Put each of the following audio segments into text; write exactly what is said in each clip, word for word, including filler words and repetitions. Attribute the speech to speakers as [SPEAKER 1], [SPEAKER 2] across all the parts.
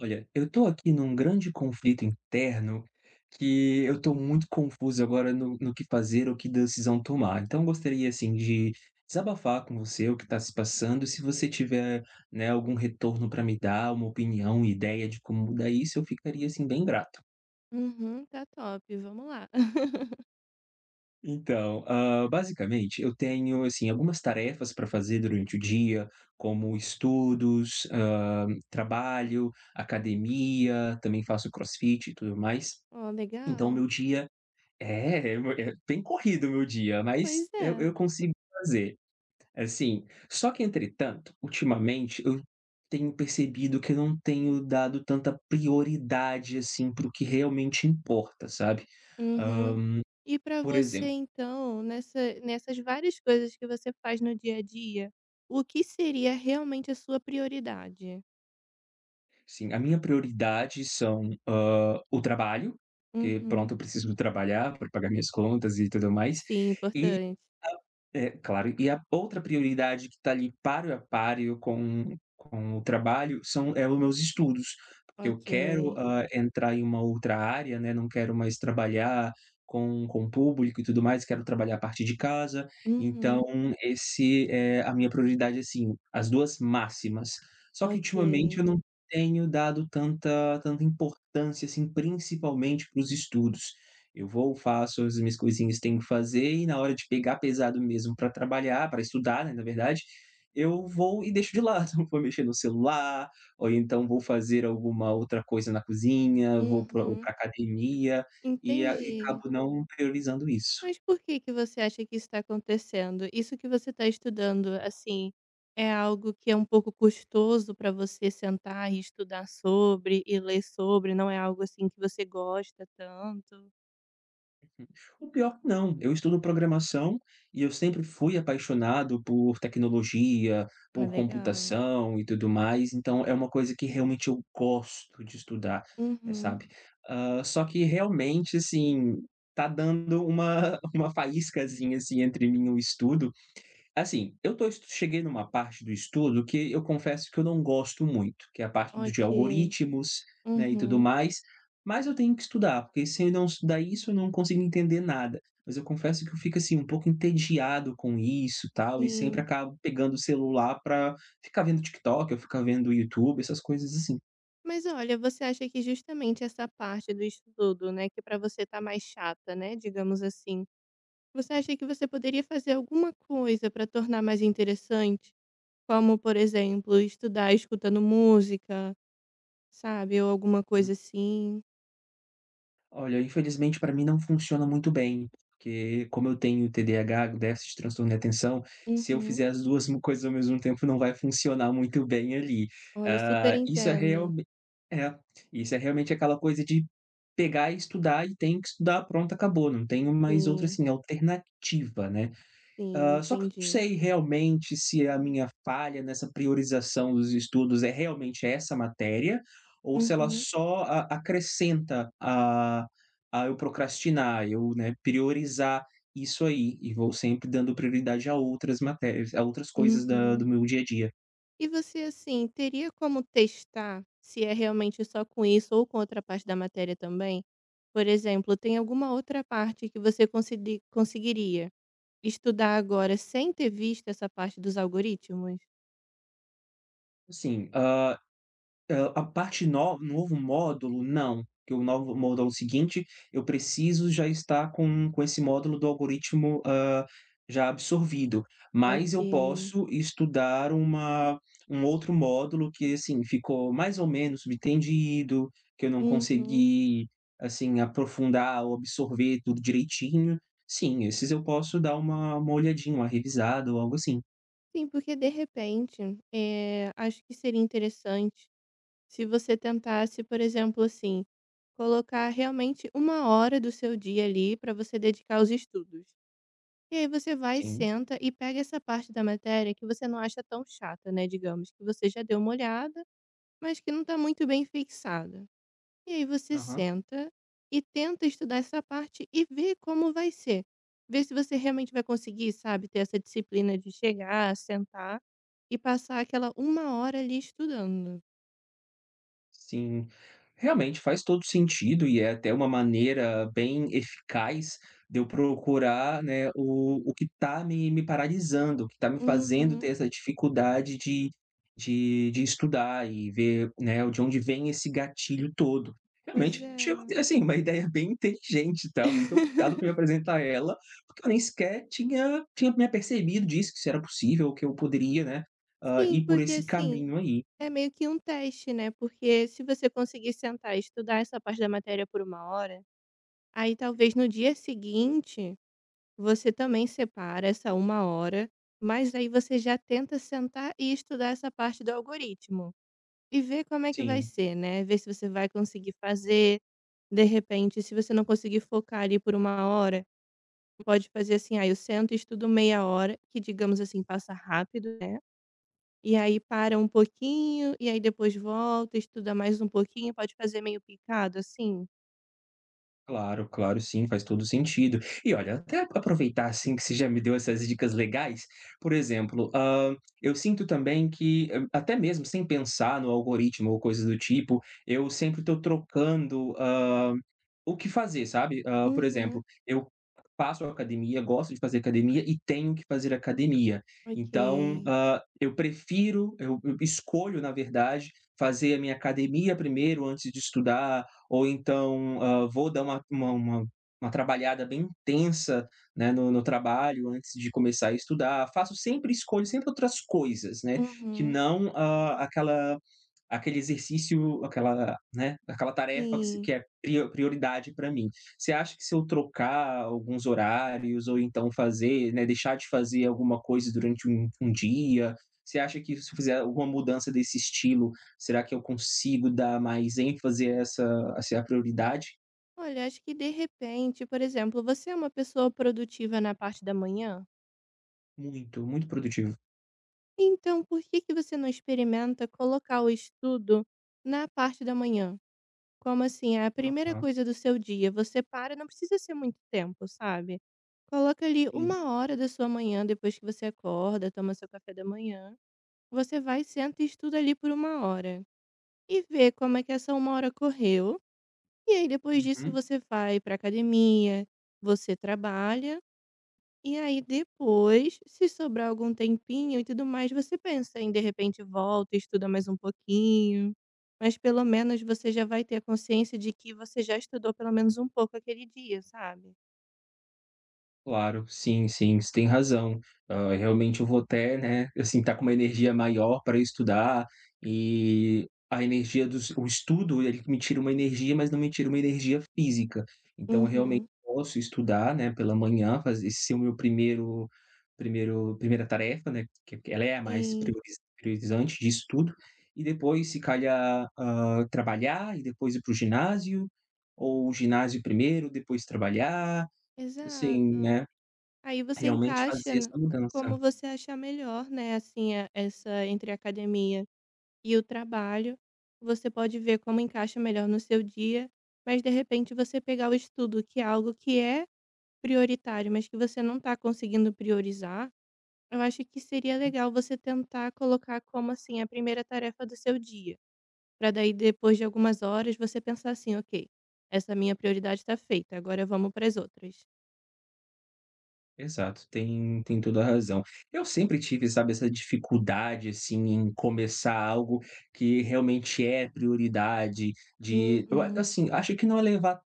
[SPEAKER 1] Olha, eu tô aqui num grande conflito interno que eu tô muito confuso agora no, no que fazer ou que decisão tomar. Então, eu gostaria assim de desabafar com você o que está se passando. Se você tiver, né, algum retorno para me dar, uma opinião, ideia de como mudar isso, eu ficaria assim bem grato.
[SPEAKER 2] Uhum, tá top, vamos lá.
[SPEAKER 1] Então, ah, basicamente, eu tenho assim algumas tarefas para fazer durante o dia, como estudos, ah, trabalho, academia, também faço CrossFit e tudo mais.
[SPEAKER 2] Ó,
[SPEAKER 1] Então
[SPEAKER 2] legal.
[SPEAKER 1] meu dia é, é bem corrido o meu dia, mas
[SPEAKER 2] Pois
[SPEAKER 1] eu
[SPEAKER 2] é.
[SPEAKER 1] eu consigo fazer, assim. Só que entretanto, ultimamente, eu tenho percebido que eu não tenho dado tanta prioridade, assim, para o que realmente importa, sabe.
[SPEAKER 2] Uhum. E para
[SPEAKER 1] Por
[SPEAKER 2] você
[SPEAKER 1] exemplo,
[SPEAKER 2] então, nessa nessas várias coisas que você faz no dia a dia, o que seria realmente a sua prioridade?
[SPEAKER 1] sim, a minha prioridade são, hã, o trabalho, porque
[SPEAKER 2] Uhum.
[SPEAKER 1] pronto, eu preciso trabalhar para pagar minhas contas e tudo mais,
[SPEAKER 2] Sim,
[SPEAKER 1] e
[SPEAKER 2] importante.
[SPEAKER 1] é claro. E a outra prioridade que está ali páreo a páreo com com o trabalho são é os meus estudos, porque eu quero,
[SPEAKER 2] Ok.
[SPEAKER 1] hã, entrar em uma outra área, né, não quero mais trabalhar com com o público e tudo mais, quero trabalhar a partir de casa, então
[SPEAKER 2] Uhum.
[SPEAKER 1] esse é a minha prioridade, assim, as duas máximas. Só que
[SPEAKER 2] Ok.
[SPEAKER 1] ultimamente eu não tenho dado tanta tanta importância, assim, principalmente para os estudos. Eu vou, faço as minhas coisinhas que tenho que fazer e na hora de pegar pesado mesmo para trabalhar, para estudar, né, na verdade, eu vou e deixo de lado. Vou mexer no celular, ou então vou fazer alguma outra coisa na cozinha, vou para
[SPEAKER 2] Uhum.
[SPEAKER 1] academia, e a e
[SPEAKER 2] Entendi.
[SPEAKER 1] acabo não priorizando isso.
[SPEAKER 2] Mas por que que você acha que isso tá acontecendo? Isso que você está estudando, assim, é algo que é um pouco custoso para você sentar e estudar sobre e ler sobre, não é algo assim que você gosta tanto?
[SPEAKER 1] O pior que não, eu estudo programação e eu sempre fui apaixonado por tecnologia,
[SPEAKER 2] É
[SPEAKER 1] por
[SPEAKER 2] legal.
[SPEAKER 1] computação e tudo mais, então é uma coisa que realmente eu gosto de estudar, eh,
[SPEAKER 2] Uhum,
[SPEAKER 1] sabe. Hã, só que realmente, assim, tá dando uma uma faíscazinha, assim, entre mim e o estudo. Assim, eu tô estu cheguei numa parte do estudo que eu confesso que eu não gosto muito, que é a parte do de
[SPEAKER 2] ok.
[SPEAKER 1] algoritmos, né, e tudo
[SPEAKER 2] Uhum,
[SPEAKER 1] mais, mas eu tenho que estudar, porque se eu não estudar isso, eu não consigo entender nada. Mas eu confesso que eu fico, assim, um pouco entediado com isso, tal, e sempre
[SPEAKER 2] sim.
[SPEAKER 1] acabo pegando o celular para ficar vendo TikTok eu ficar vendo YouTube, essas coisas assim.
[SPEAKER 2] Mas olha, você acha que justamente essa parte do estudo, né, que para você tá mais chata, né, digamos assim, você acha que você poderia fazer alguma coisa para tornar mais interessante? Como, por exemplo, estudar escutando música, sabe, ou alguma coisa assim.
[SPEAKER 1] Olha, infelizmente para mim não funciona muito bem, porque como eu tenho T D A H, déficit de transtorno de atenção, se eu
[SPEAKER 2] Uhum.
[SPEAKER 1] fizer as duas mo coisas ao mesmo tempo não vai funcionar muito bem ali.
[SPEAKER 2] Olha, super
[SPEAKER 1] Ah, isso é
[SPEAKER 2] entendo.
[SPEAKER 1] realme é, isso é realmente aquela coisa de pegar e estudar e tem que estudar, pronto, acabou, não tenho mais outra,
[SPEAKER 2] Sim,
[SPEAKER 1] assim, alternativa, né.
[SPEAKER 2] sim,
[SPEAKER 1] Hã, só que eu não
[SPEAKER 2] entendi.
[SPEAKER 1] sei realmente se a minha falha nessa priorização dos estudos é realmente essa matéria, ou se ela
[SPEAKER 2] Uhum,
[SPEAKER 1] só a acrescenta a a eu procrastinar, eu, né, priorizar isso aí, e vou sempre dando prioridade a outras matérias a outras coisas da
[SPEAKER 2] uhum.
[SPEAKER 1] do meu dia a dia.
[SPEAKER 2] E você, assim, teria como testar se é realmente só com isso ou com outra parte da matéria também? Por exemplo, tem alguma outra parte que você consegui conseguiria estudar agora sem ter visto essa parte dos algoritmos?
[SPEAKER 1] Assim, Hã, a parte no novo módulo, não, que o novo módulo seguinte, eu preciso já estar com com esse módulo do algoritmo, hã, já absorvido, mas
[SPEAKER 2] Ok.
[SPEAKER 1] eu posso estudar uma um outro módulo que, assim, ficou mais ou menos subentendido, que eu não
[SPEAKER 2] Uhum.
[SPEAKER 1] consegui, assim, aprofundar ou absorver tudo direitinho. Sim, esses eu posso dar uma uma olhadinha, uma revisada ou algo assim.
[SPEAKER 2] Sim, porque de repente, eh, acho que seria interessante se você tentasse, por exemplo, assim, colocar realmente uma hora do seu dia ali para você dedicar aos estudos. E aí você vai,
[SPEAKER 1] Sim,
[SPEAKER 2] senta e pega essa parte da matéria que você não acha tão chata, né? Digamos que você já deu uma olhada, mas que não está muito bem fixada. E aí você
[SPEAKER 1] aham.
[SPEAKER 2] senta e tenta estudar essa parte e vê como vai ser. Vê se você realmente vai conseguir, sabe, ter essa disciplina de chegar, sentar e passar aquela uma hora ali estudando.
[SPEAKER 1] Sim, realmente faz todo sentido e é até uma maneira bem eficaz de eu procurar, né, o o que está me me paralisando, o que está me fazendo ter
[SPEAKER 2] Uhum.
[SPEAKER 1] essa dificuldade de de de estudar e ver, né, de onde vem esse gatilho todo.
[SPEAKER 2] Pois
[SPEAKER 1] Realmente,
[SPEAKER 2] é.
[SPEAKER 1] chegou assim, uma ideia bem inteligente, tá, muito obrigado por me apresentar ela, porque eu nem sequer tinha tinha me apercebido disso, que isso era possível, que eu poderia, né, hã,
[SPEAKER 2] Sim,
[SPEAKER 1] ir por
[SPEAKER 2] porque
[SPEAKER 1] esse
[SPEAKER 2] assim,
[SPEAKER 1] caminho aí.
[SPEAKER 2] é meio que um teste, né? Porque se você conseguir sentar e estudar essa parte da matéria por uma hora, aí talvez no dia seguinte. Você também separa essa uma hora, mas aí você já tenta sentar e estudar essa parte do algoritmo, e ver como é que vai
[SPEAKER 1] Sim.
[SPEAKER 2] ser, né, ver se você vai conseguir fazer. De repente, se você não conseguir focar ali por uma hora, pode fazer assim: "Ah, eu sento e estudo meia hora", que digamos assim, passa rápido, né, e aí para um pouquinho, e aí depois volta, estuda mais um pouquinho, pode fazer meio picado, assim?
[SPEAKER 1] Claro, claro, sim, faz todo sentido. E olha, até aproveitar, assim, que você já me deu essas dicas legais, por exemplo, hã, eu sinto também que, hã, até mesmo sem pensar no algoritmo ou coisas do tipo, eu sempre estou trocando, hã, o que fazer, sabe. Hã, por exemplo,
[SPEAKER 2] Uhum,
[SPEAKER 1] eu faço academia, gosto de fazer academia e tenho que fazer academia. Então,
[SPEAKER 2] ok.
[SPEAKER 1] hã, eu prefiro eu eu escolho, na verdade, fazer a minha academia primeiro antes de estudar, ou então, hã, vou dar uma uma uma uma trabalhada bem intensa, né, no no trabalho antes de começar a estudar. Faço sempre escolho sempre outras coisas, né, que
[SPEAKER 2] Uhum,
[SPEAKER 1] não, hã, aquela aquele exercício, aquela, né, aquela tarefa que se
[SPEAKER 2] sim.
[SPEAKER 1] que é prio prioridade para mim. Você acha que se eu trocar alguns horários ou então fazer, né, deixar de fazer alguma coisa durante um um dia, você acha que se eu fizer alguma mudança desse estilo, será que eu consigo dar mais ênfase a essa a ser a prioridade?
[SPEAKER 2] Olha, acho que de repente, por exemplo, você é uma pessoa produtiva na parte da manhã,
[SPEAKER 1] Muito, muito produtivo.
[SPEAKER 2] então por que que você não experimenta colocar o estudo na parte da manhã? Como assim, é a primeira
[SPEAKER 1] Aham,
[SPEAKER 2] coisa do seu dia, você para, não precisa ser muito tempo, sabe? Coloca ali
[SPEAKER 1] sim.
[SPEAKER 2] uma hora da sua manhã, depois que você acorda, toma seu café da manhã, você vai, senta e estuda ali por uma hora. E vê como é que essa uma hora correu. E aí, depois disso,
[SPEAKER 1] Uhum.
[SPEAKER 2] você vai pra academia, você trabalha. E aí depois, se sobrar algum tempinho e tudo mais, você pensa em de repente volta, estuda mais um pouquinho, mas pelo menos você já vai ter a consciência de que você já estudou pelo menos um pouco aquele dia, sabe?
[SPEAKER 1] Claro, sim, sim, você tem razão. Hã, realmente eu vou até, né, assim, tá com uma energia maior para estudar, e a energia do o estudo ele me tira uma energia, mas não me tira uma energia física. Então eu realmente
[SPEAKER 2] Uhum.
[SPEAKER 1] posso estudar, né, pela manhã, fazer esse ser o meu primeiro primeiro primeira tarefa, né, que que ela é a mais
[SPEAKER 2] Sim,
[SPEAKER 1] prioriza priorizante de estudo, e depois se calhar, hã, trabalhar e depois ir para o ginásio, ou o ginásio primeiro, depois trabalhar, assim,
[SPEAKER 2] exato.
[SPEAKER 1] né.
[SPEAKER 2] Aí você
[SPEAKER 1] Realmente
[SPEAKER 2] encaixa
[SPEAKER 1] fazer
[SPEAKER 2] n-
[SPEAKER 1] essa mudança.
[SPEAKER 2] como você achar melhor, né? Assim, a- essa entre a academia e o trabalho, você pode ver como encaixa melhor no seu dia, mas de repente você pegar o estudo, que é algo que é prioritário, mas que você não está conseguindo priorizar, eu acho que seria legal você tentar colocar como, assim, a primeira tarefa do seu dia, para daí depois de algumas horas você pensar assim: "Ok, essa minha prioridade está feita, agora vamos para as outras".
[SPEAKER 1] Exato, tem tem toda a razão. Eu sempre tive, sabe, essa dificuldade, assim, em começar algo que realmente é prioridade, de eu a
[SPEAKER 2] Uhum,
[SPEAKER 1] assim, acho que não é levar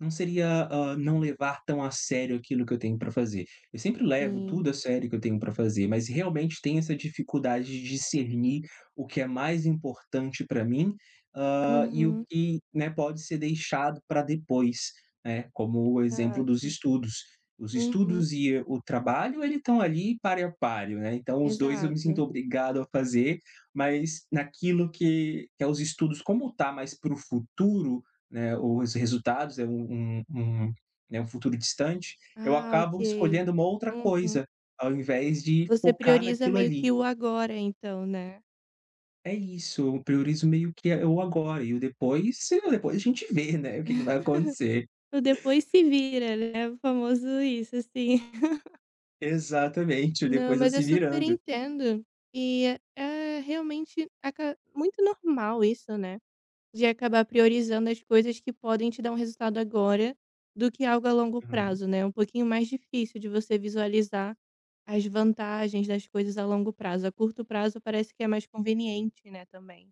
[SPEAKER 1] não seria, hã, não levar tão a sério aquilo que eu tenho para fazer. Eu sempre levo
[SPEAKER 2] sim.
[SPEAKER 1] tudo a sério que eu tenho para fazer, mas realmente tenho essa dificuldade de discernir o que é mais importante para mim, hã, e o
[SPEAKER 2] Uhum,
[SPEAKER 1] que, né, pode ser deixado para depois, né, como o exemplo dos
[SPEAKER 2] exato.
[SPEAKER 1] estudos. Os
[SPEAKER 2] Uhum,
[SPEAKER 1] estudos e o trabalho, ele estão ali pari a pari, né, então os dois eu me sinto
[SPEAKER 2] exato.
[SPEAKER 1] obrigado a fazer, mas naquilo que que é os estudos, como está mais para o futuro, né, os resultados é um um um, né, um futuro distante, eu
[SPEAKER 2] Ah,
[SPEAKER 1] acabo
[SPEAKER 2] ok.
[SPEAKER 1] escolhendo uma outra
[SPEAKER 2] Uhum.
[SPEAKER 1] coisa, ao invés de
[SPEAKER 2] Você
[SPEAKER 1] focar
[SPEAKER 2] prioriza
[SPEAKER 1] naquilo
[SPEAKER 2] meio
[SPEAKER 1] ali.
[SPEAKER 2] que o agora então, né.
[SPEAKER 1] É isso, eu priorizo meio que o agora e o depois sei lá, depois a gente vê, né, o que que vai acontecer.
[SPEAKER 2] O depois se vira, né, o famoso isso, assim.
[SPEAKER 1] Exatamente, o
[SPEAKER 2] Não,
[SPEAKER 1] depois é
[SPEAKER 2] mas eu
[SPEAKER 1] se
[SPEAKER 2] super
[SPEAKER 1] virando.
[SPEAKER 2] entendo. E é é realmente aca muito normal isso, né, de acabar priorizando as coisas que podem te dar um resultado agora, do que algo a longo
[SPEAKER 1] Uhum.
[SPEAKER 2] prazo, né, um pouquinho mais difícil de você visualizar as vantagens das coisas a longo prazo. A curto prazo parece que é mais conveniente, né, também.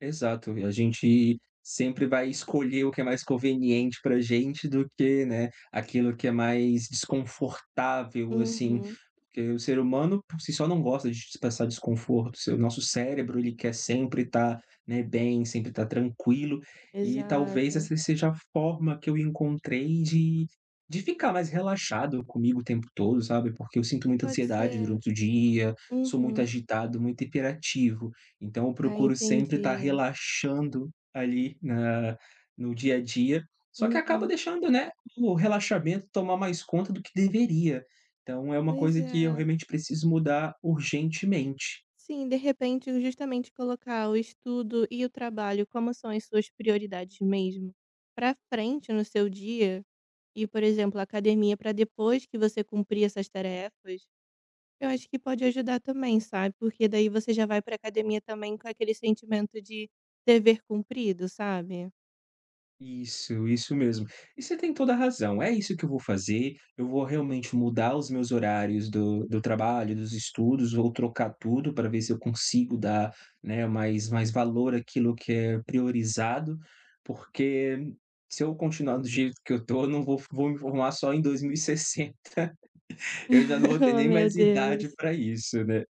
[SPEAKER 1] Exato, e a gente sempre vai escolher o que é mais conveniente pra gente do que, né, aquilo que é mais desconfortável, assim,
[SPEAKER 2] Uhum,
[SPEAKER 1] porque o ser humano por si só não gosta de expressar desconforto. O seu nosso cérebro, ele quer sempre estar, né, bem, sempre estar tranquilo, e talvez
[SPEAKER 2] exato.
[SPEAKER 1] essa seja a forma que eu encontrei de de ficar mais relaxado comigo o tempo todo, sabe, porque eu sinto muita
[SPEAKER 2] Pode
[SPEAKER 1] ansiedade
[SPEAKER 2] ser.
[SPEAKER 1] durante o dia, sou muito
[SPEAKER 2] Uhum.
[SPEAKER 1] agitado, muito hiperativo, então eu
[SPEAKER 2] Ah,
[SPEAKER 1] procuro sempre estar
[SPEAKER 2] entendi.
[SPEAKER 1] relaxando ali na no dia a dia, só que acaba
[SPEAKER 2] Uhum.
[SPEAKER 1] deixando, né, o relaxamento tomar mais conta do que deveria. Então é uma
[SPEAKER 2] Pois
[SPEAKER 1] coisa que eu
[SPEAKER 2] é.
[SPEAKER 1] realmente preciso mudar urgentemente.
[SPEAKER 2] Sim, de repente, justamente colocar o estudo e o trabalho como são as suas prioridades mesmo, para frente no seu dia, e, por exemplo, a academia para depois que você cumprir essas tarefas, eu acho que pode ajudar também, sabe? Porque daí você já vai para academia também com aquele sentimento de dever cumprido, sabe?
[SPEAKER 1] Isso, isso mesmo. E você tem toda a razão, é isso que eu vou fazer, eu vou realmente mudar os meus horários do do trabalho, dos estudos, vou trocar tudo para ver se eu consigo dar, né, mais mais valor àquilo que é priorizado, porque se eu continuar do jeito que eu tô, eu não vou vou me formar só em dois mil e sessenta, eu já não vou ter
[SPEAKER 2] Oh,
[SPEAKER 1] nem
[SPEAKER 2] meu
[SPEAKER 1] mais
[SPEAKER 2] Deus.
[SPEAKER 1] idade para isso, né.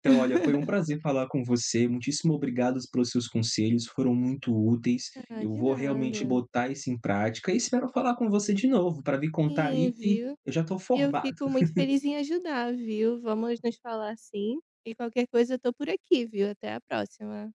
[SPEAKER 1] Então, olha, foi um prazer falar com você. Muitíssimo obrigado pelos seus conselhos, foram muito úteis.
[SPEAKER 2] Ah,
[SPEAKER 1] Eu
[SPEAKER 2] de
[SPEAKER 1] vou realmente
[SPEAKER 2] nada.
[SPEAKER 1] botar isso em prática e espero falar com você de novo para vir contar
[SPEAKER 2] Sim,
[SPEAKER 1] aí que
[SPEAKER 2] viu?
[SPEAKER 1] eu já estou
[SPEAKER 2] Eu
[SPEAKER 1] formado.
[SPEAKER 2] fico muito feliz em ajudar, viu. Vamos nos falar sim, e qualquer coisa eu tô por aqui, viu. Até a próxima.